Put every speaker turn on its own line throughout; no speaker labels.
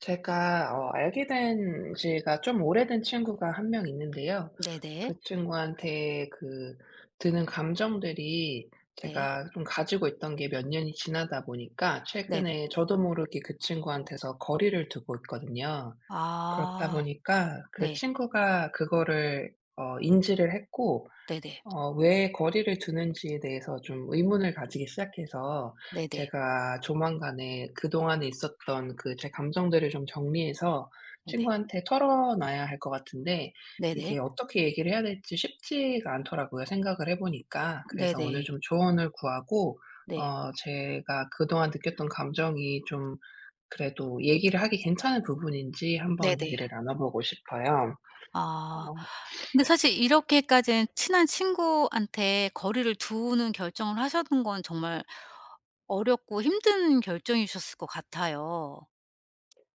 제가 알게 된 지가 좀 오래된 친구가 한 명 있는데요.
네네.
그 친구한테 드는 감정들이
네.
제가 좀 가지고 있던 게 몇 년이 지나다 보니까
네네.
최근에 저도 모르게 그 친구한테서 거리를 두고 있거든요. 그렇다
아.
보니까 그
네.
친구가 그거를 인지를 했고,
네네.
왜 거리를 두는지에 대해서 좀 의문을 가지기 시작해서
네네.
제가 조만간에 그동안에 있었던 그 제 감정들을 좀 정리해서
네네.
친구한테 털어놔야 할 것 같은데,
네네.
이게 어떻게 얘기를 해야 될지 쉽지가 않더라고요, 생각을 해 보니까. 그래서 오늘
네네.
좀 조언을 구하고
네.
제가 그동안 느꼈던 감정이 좀 그래도 얘기를 하기 괜찮은 부분인지 한번
네네.
얘기를 나눠 보고 싶어요.
아.
어.
근데 사실 이렇게까지 친한 친구한테 거리를 두는 결정을 하셨던 건 정말 어렵고 힘든 결정이셨을 것 같아요.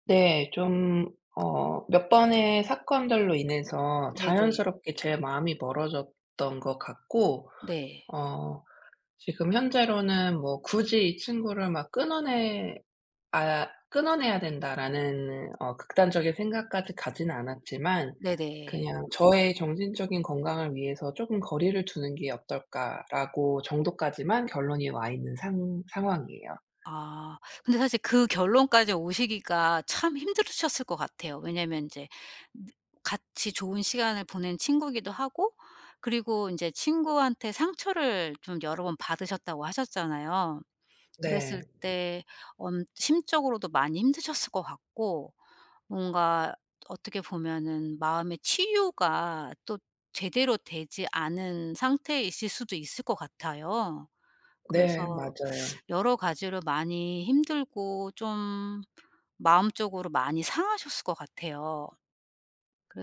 네. 좀 몇 번의 사건들로 인해서
네네.
자연스럽게 제 마음이 멀어졌던 것 같고,
네.
어 지금 현재로는 뭐 '굳이 이 친구를 막 끊어내 끊어내야 된다.'라는 극단적인 생각까지 가지는 않았지만,
네네.
그냥 '저의 정신적인 건강을 위해서 쪼금 거리를 두는 게 어떨까.'라고 정도까지만 결론이 와 있는 상 상황이에요.
아. 근데 사실 그 결론까지 오시기가 참 힘드셨을 것 같아요. 왜냐면 이제 느 같이 좋은 시간을 보낸 친구기도 하고, 그리고 이제 친구한테 상처를 좀 여러 번 받으셨다고 하셨잖아요. 그랬을
네.
때 엄 심적으로도 많이 힘드셨을 것 같고, 뭔가 어떻게 보면은 마음의 치유가 또 제대로 되지 않은 상태이실 수도 있을 것 같아요.
네,
그래서
맞아요.
여러 가지로 많이 힘들고 좀 마음적으로 많이 상하셨을 것 같아요.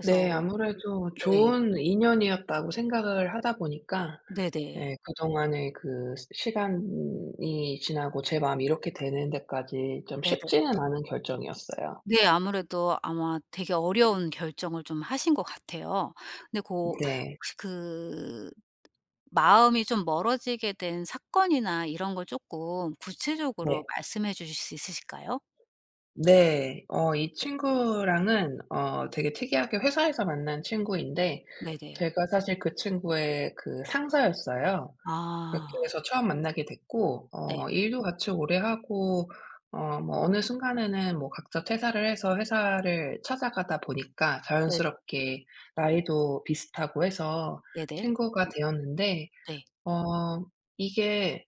네. 아무래도
네.
좋은 인연이었다고 생각을 하다 보니까
네네.
예 그동안의 그 시 시간이 지나고 제 마음이 이렇게 되는 데까지 좀
네네.
쉽지는 않은 결정이었어요.
네. 아무래도 아마 되게 어려운 결정을 좀 하신 것 같아요. 근데 고
네.
혹시 그 마음이 좀 멀어지게 된 사건이나 이런 걸 쪼끔 구체적으로
네.
말씀해 주실 수 있으실까요?
네. 이 친구랑은 되게 특이하게 회사에서 만난 친구인데,
네네.
제가 사실 그 친구의 그 상사였어요.
아.
그렇게 해서 처음 만나게 됐고,
네.
일도 같이 오래 하고, 뭐 어느 순간에는 뭐 각자 퇴사를 해서 회사를 찾아가다 보니까
네.
자연스럽게 나이도 비슷하고 해서
네네.
친구가 되었는데,
네.
어 이게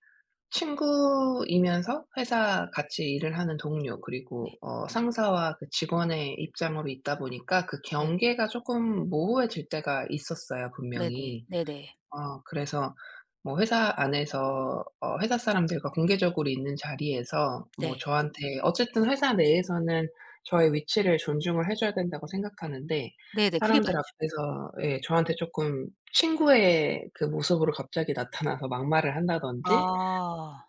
친구이면서 회사 같이 일을 하는 동료
네.
그리고 상사와 그 직원의 입장으로 있다 보니까 그
네.
경계가 조금 모호해질 때가 있었어요
네네.
분명히.
네네.
그래서 뭐 회사 안에서 회사 사람들과 공개적으로 있는 자리에서 뭐
네.
저한테 어쨌든 회사 내에서는 저의 위치를 존중을 해 줘야 된다고 생각하는데,
네네. 그게
사람들
맞죠.
앞에서 예 저한테 쪼끔 친구의 그 모습으로 갑자기 나타나서 막말을 한다든지
아.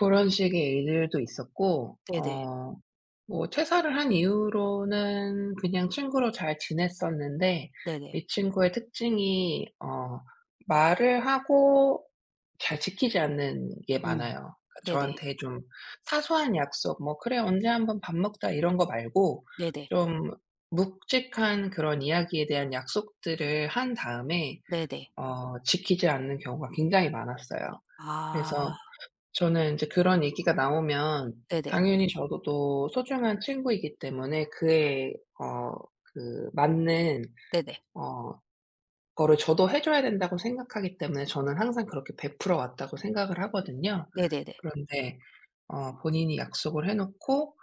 고런 식의 일들도 있었고,
네네.
뭐 퇴사를 한 이후로는 그냥 친구로 잘 지냈었는데,
네네.
이 친구의 특징이 말을 하고 잘 지키지 않는 게
음.
많아요. 그러니까
네네.
저한테 좀 사소한 약속, 뭐 "그래 언제 한번 밥 먹자." 이런 거 말고
네네.
좀 묵직한 그런 이야기에 대한 약속들을 한 다음에
네네.
지키지 않는 경우가 굉장히 많았어요.
아.
그래서 저는 인제 그런 얘기가 나오면
네네.
당연히 저도 또 소중한 친구이기 때문에 그에 어 그 맞는
네네.
어 거를 저도 해 줘야 된다고 생각하기 때문에 저는 항상 그렇게 베풀어 왔다고 생각을 하거든요.
네네네.
그런데 본인이 약속을 해 놓고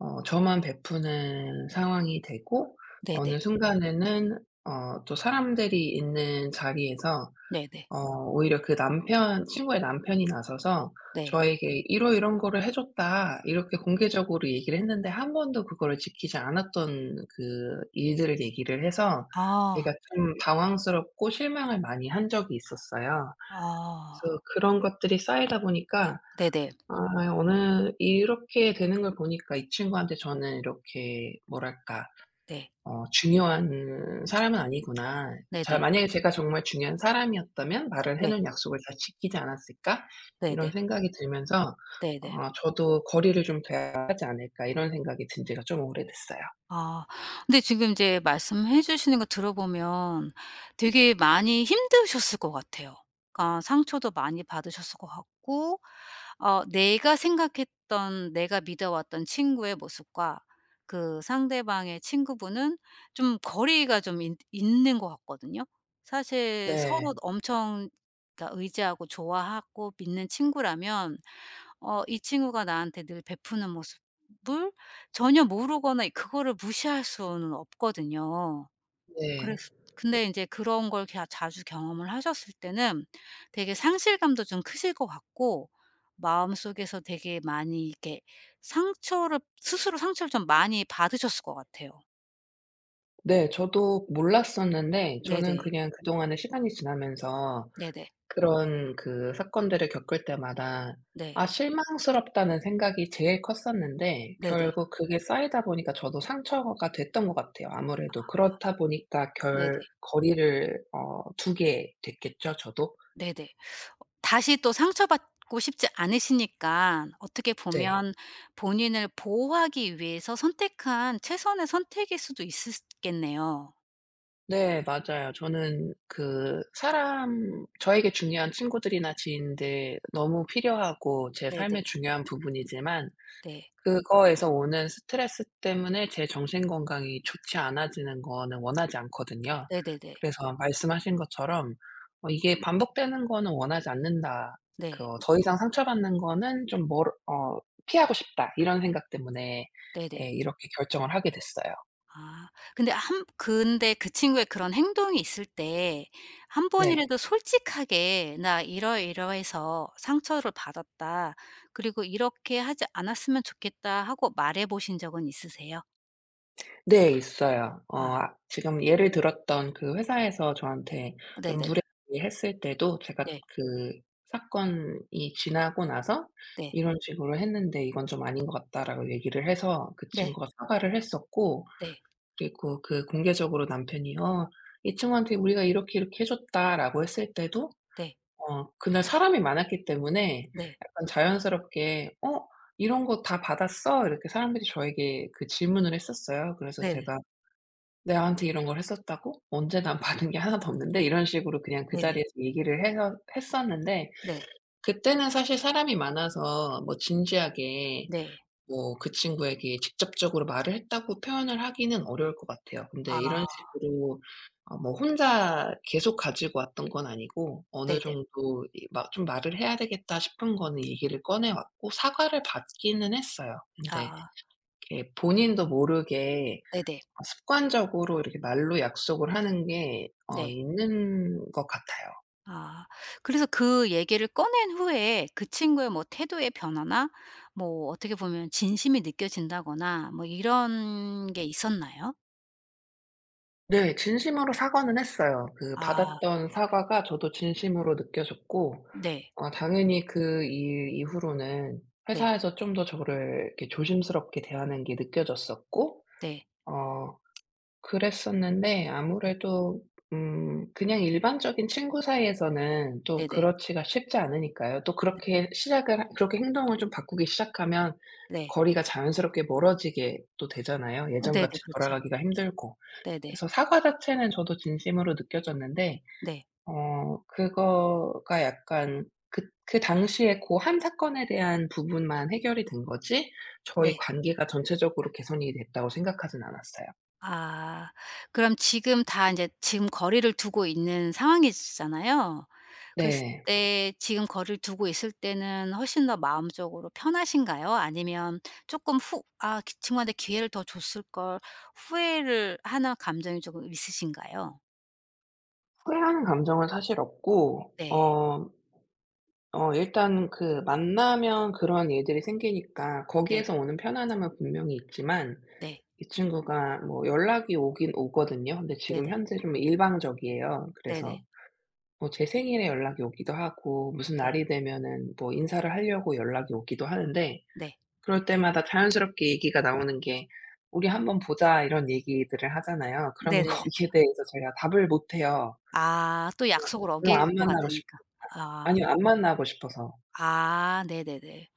저만 베푸는 상황이 되고,
네네.
어느 순간에는 또 사람들이 있는 자리에서
네네.
어 오히려 그 남편 친구의 남편이 나서서
네.
저에게 "이러 이런 거를 해 줬다." 이렇게 공개적으로 얘기를 했는데, 한 번도 그거를 지키지 않았던 그 일들을 얘기를 해서 제가
아.
좀 당황스럽고 실망을 많이 한 적이 있었어요.
아.
그래서 그런 것들이 쌓이다 보니까
네네.
아 어느 이렇게 되는 걸 보니까 이 친구한테 저는 이렇게 뭐랄까
네.
'중요한 사람은 아니구나.' 자
네네.
만약에 제가 정말 중요한 사람이었다면 말을 해
네.
놓은 약속을 잘 지키지 않았을까?' 이런
네네.
생각이 들면서
네네.
어 '저도 거리를 좀 둬야 하지 않을까.' 이런 생각이 든 지가 좀 오래됐어요.
아. 근데 지금 이제 말씀해 주시는 거 들어보면 되게 많이 힘드셨을 것 같아요. 그러니까 상처도 많이 받으셨을 것 같고, 어 내가 생각했던, 내가 믿어왔던 친구의 모습과 그 상대방의 친구분은 좀 거리가 좀 있 있는 것 같거든요. 사실
네.
서로 엄청, 그러니까 의지하고 좋아하고 믿는 친구라면 어 이 친구가 나한테 늘 베푸는 모습을 전혀 모르거나 그거를 무시할 수는 없거든요.
네.
그래서 근데 이제 그런 걸 자주 경험을 하셨을 때는 되게 상실감도 좀 크실 것 같고, 마음속에서 되게 많이 이렇게 상처를, 스스로 상처를 좀 많이 받으셨을 것 같아요.
네. 저도 몰랐었는데 저는
네네.
그냥 그동안에 시간이 지나면서
네네.
그런 그 사건들을 겪을 때마다
네.
실망스럽다는 생각이 제일 컸었는데
네네.
결국 그게 쌓이다 보니까 저도 상처가 됐던 것 같아요. 아무래도 그렇다 보니까
네네.
결
네네.
거리를 두게 됐겠죠 저도?
네네. 다시 또 상처받고 싶지 않으시니까 어떻게
네.
보면 본인을 보호하기 위해서 선택한 최선의 선택일 수도 있으겠네요.
네, 맞아요. 저는 그 사람 저에게 중요한 친구들이나 지인들 너무 필요하고 제 삶에
네네.
중요한 부분이지만
네.
그거에서 오는 스트레스 때문에 제 정신 건강이 좋지 않아지는 거는 원하지 않거든요.
네네네.
그래서 말씀하신 것처럼 이게 반복되는 거는 원하지 않는다. 그
네.
'더 이상 상처받는 거는 좀 멀어 피하고 싶다.' 이런 생각 때문에 예
네네.
이렇게 결정을 하게 됐어요.
아 근데 그 친구의 그런 행동이 있을 때 한
네.
번이라도 솔직하게 "나 이러이러해서 상처를 받았다. 그리고 이렇게 하지 않았으면 좋겠다." 하고 말해 보신 적은 있으세요?
네, 있어요.
아
지금 예를 들었던 그 회사에서 저한테 좀
네네네.
무례했을 때도 제가
네.
그 사건이 지나고 나서
네.
"이런 식으로 했는데 이건 좀 아닌 것 같다."라고 얘기를 해서 그
네.
친구가 사과를 했었고,
네.
그리고 그 공개적으로 남편이 "어 이 친구한테 우리가 이렇게, 이렇게 해 줬다."라고 했을 때도
네.
그날 사람이 많았기 때문에
네.
약간 자연스럽게 "어 이런 거 다 받았어?" 이렇게 사람들이 저에게 그 질문을 했었어요. 그래서
네네.
제가 "나한테 이런 걸 했었다고? 언제 난 받은 게 하나도 없는데?" 이런 식으로 그냥 그
네네.
자리에서 얘기를 해서 했었는데,
네.
그때는 사실 사람이 많아서 뭐 진지하게
네.
뭐 그 친구에게 직접적으로 말을 했다고 표현을 하기는 어려울 것 같아요. 근데 이런
아
식으로 뭐 혼자 계속 가지고 왔던 건 아니고, 어느
네네.
정도 이 막 '좀 말을 해야 되겠다.' 싶은 거는 얘기를 꺼내 왔고 사과를 받기는 했어요. 근데
아
이렇게 본인도 모르게
네네.
습관적으로 이렇게 말로 약속을 하는 게
네.
있는 것 같아요.
아. 그래서 그 얘기를 꺼낸 후에 그 친구의 뭐 태도의 변화나 뭐 어떻게 보면 진심이 느껴진다거나 뭐 이런 게 있었나요?
네. 진심으로 사과는 했어요. 그
아
받았던 사과가 저도 진심으로 느껴졌고,
네.
당연히 그 일 이후로는
네.
회사에서 좀 더 저를 이렇게 조심스럽게 대하는 게 느껴졌었고
네.
어 그랬었는데
네.
아무래도 그냥 일반적인 친구 사이에서는 또
네네.
그렇지가 쉽지 않으니까요. 또
네.
그렇게 시작을 하 그렇게 행동을 좀 바꾸기 시작하면
네.
거리가 자연스럽게 멀어지게 또 되잖아요,
어 네네.
예전같이
그렇죠.
돌아가기가 힘들고.
네네.
그래서 사과 자체는 저도 진심으로 느껴졌는데
네.
그거가 약간 그 당시에 고 한 사건에 대한 부분만 해결이 된 거지 저희
네.
관계가 전체적으로 개선이 됐다고 생각하진 않았어요.
아. 그럼 지금 다 이제 지금 거리를 두고 있는 상황이잖아요. 그랬을
네.
때 지금 거리를 두고 있을 때는 훨씬 더 마음적으로 편하신가요? 아니면 조금 후 '아 그 친구한테 기회를 더 줬을 걸.' 후회를 하는 감정이 조금 있으신가요?
후회하는 감정은 사실 없고,
네.
일단 그 만나면 그런 일들이 생기니까
네네.
거기에서 오는 편안함은 분명히 있지만
네.
이 친구가 뭐 연락이 오긴 오거든요. 근데 지금
네네.
현재 좀 일방적이에요. 그래서
네네.
뭐 제 생일에 연락이 오기도 하고 무슨
네.
날이 되면은 뭐 인사를 하려고 연락이 오기도 하는데
네.
그럴 때마다 자연스럽게 얘기가 나오는 게 "우리 한번 보자." 이런 얘기들을 하잖아요.
네네
그러면
네, 네, 네.
거기에 대해서 제가 답을 못 해요.
아또 약속을
별로
어길
안
것
만나고 싶
같으니까. 아.
아니요. 안 만나고 싶어서.
아 네네네.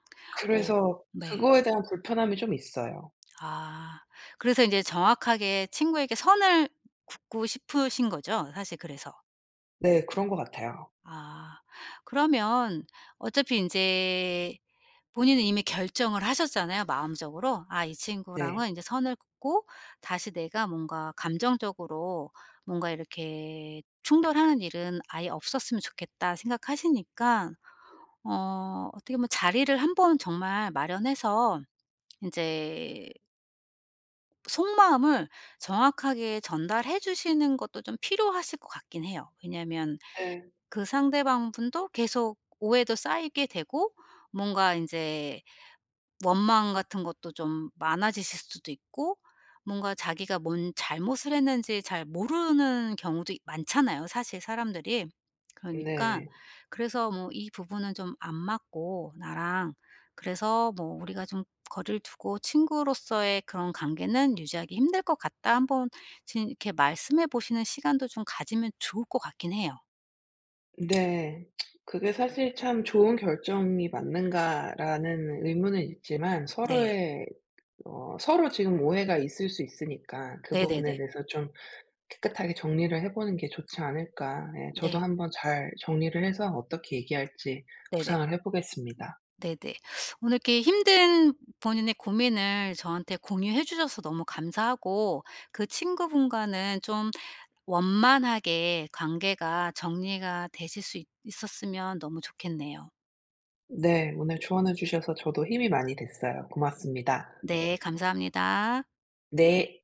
오
그래서
네. 어, 네.
그거에 대한 불편함이 좀 있어요.
아. 그래서 인제 정확하게 친구에게 선을 긋고 싶으신 거죠? 사실 그래서.
네. 그런 것 같아요.
아. 그러면 어차피 인제 본인은 이미 결정을 하셨잖아요, 마음적으로. '아 이 친구랑은
네.
인제 선을 긋고 다시 내가 뭔가 감정적으로 뭔가 이렇게 충돌하는 일은 아예 없었으면 좋겠다.' 생각하시니까 어 어떻게 보면 자리를 한번 정말 마련해서 인제 속마음을 정확하게 전달해 주시는 것도 좀 필요하실 것 같긴 해요. 왜냐하면
네.
그 상대방분도 계속 오해도 쌓이게 되고, 뭔가 인제 원망 같은 것도 좀 많아지실 수도 있고, 뭔가 자기가 뭔 잘못을 했는지 잘 모르는 경우도 이 많잖아요 사실 사람들이. 그러니까
네.
그래서 뭐 '이 부분은 좀 안 맞고 나랑 그래서 뭐 '우리가 좀 거리를 두고 친구로서의 그런 관계는 유지하기 힘들 것 같다.' 한번 이렇게 말씀해 보시는 시간도 좀 가지면 좋을 것 같긴 해요.
네. 그게 사실 참 '좋은 결정이 맞는가.'라는 의문은 있지만
네.
서로의 서로 지금 오해가 있을 수 있으니까 그
네네네.
부분에 대해서 좀 깨끗하게 정리를 해 보는 게 좋지 않을까. 예. 저도
네.
한번 잘 정리를 해서 어떻게 얘기할지
네네.
구상을 해 보겠습니다.
네네. 오늘 이렇게 힘든 본인의 고민을 저한테 공유해 주셔서 너무 감사하고 그 친구분과는 좀 원만하게 관계가 정리가 되실 수 있 있었으면 너무 좋겠네요.
네. 오늘 조언해 주셔서 저도 힘이 많이 됐어요. 고맙습니다.
네 감사합니다.
내.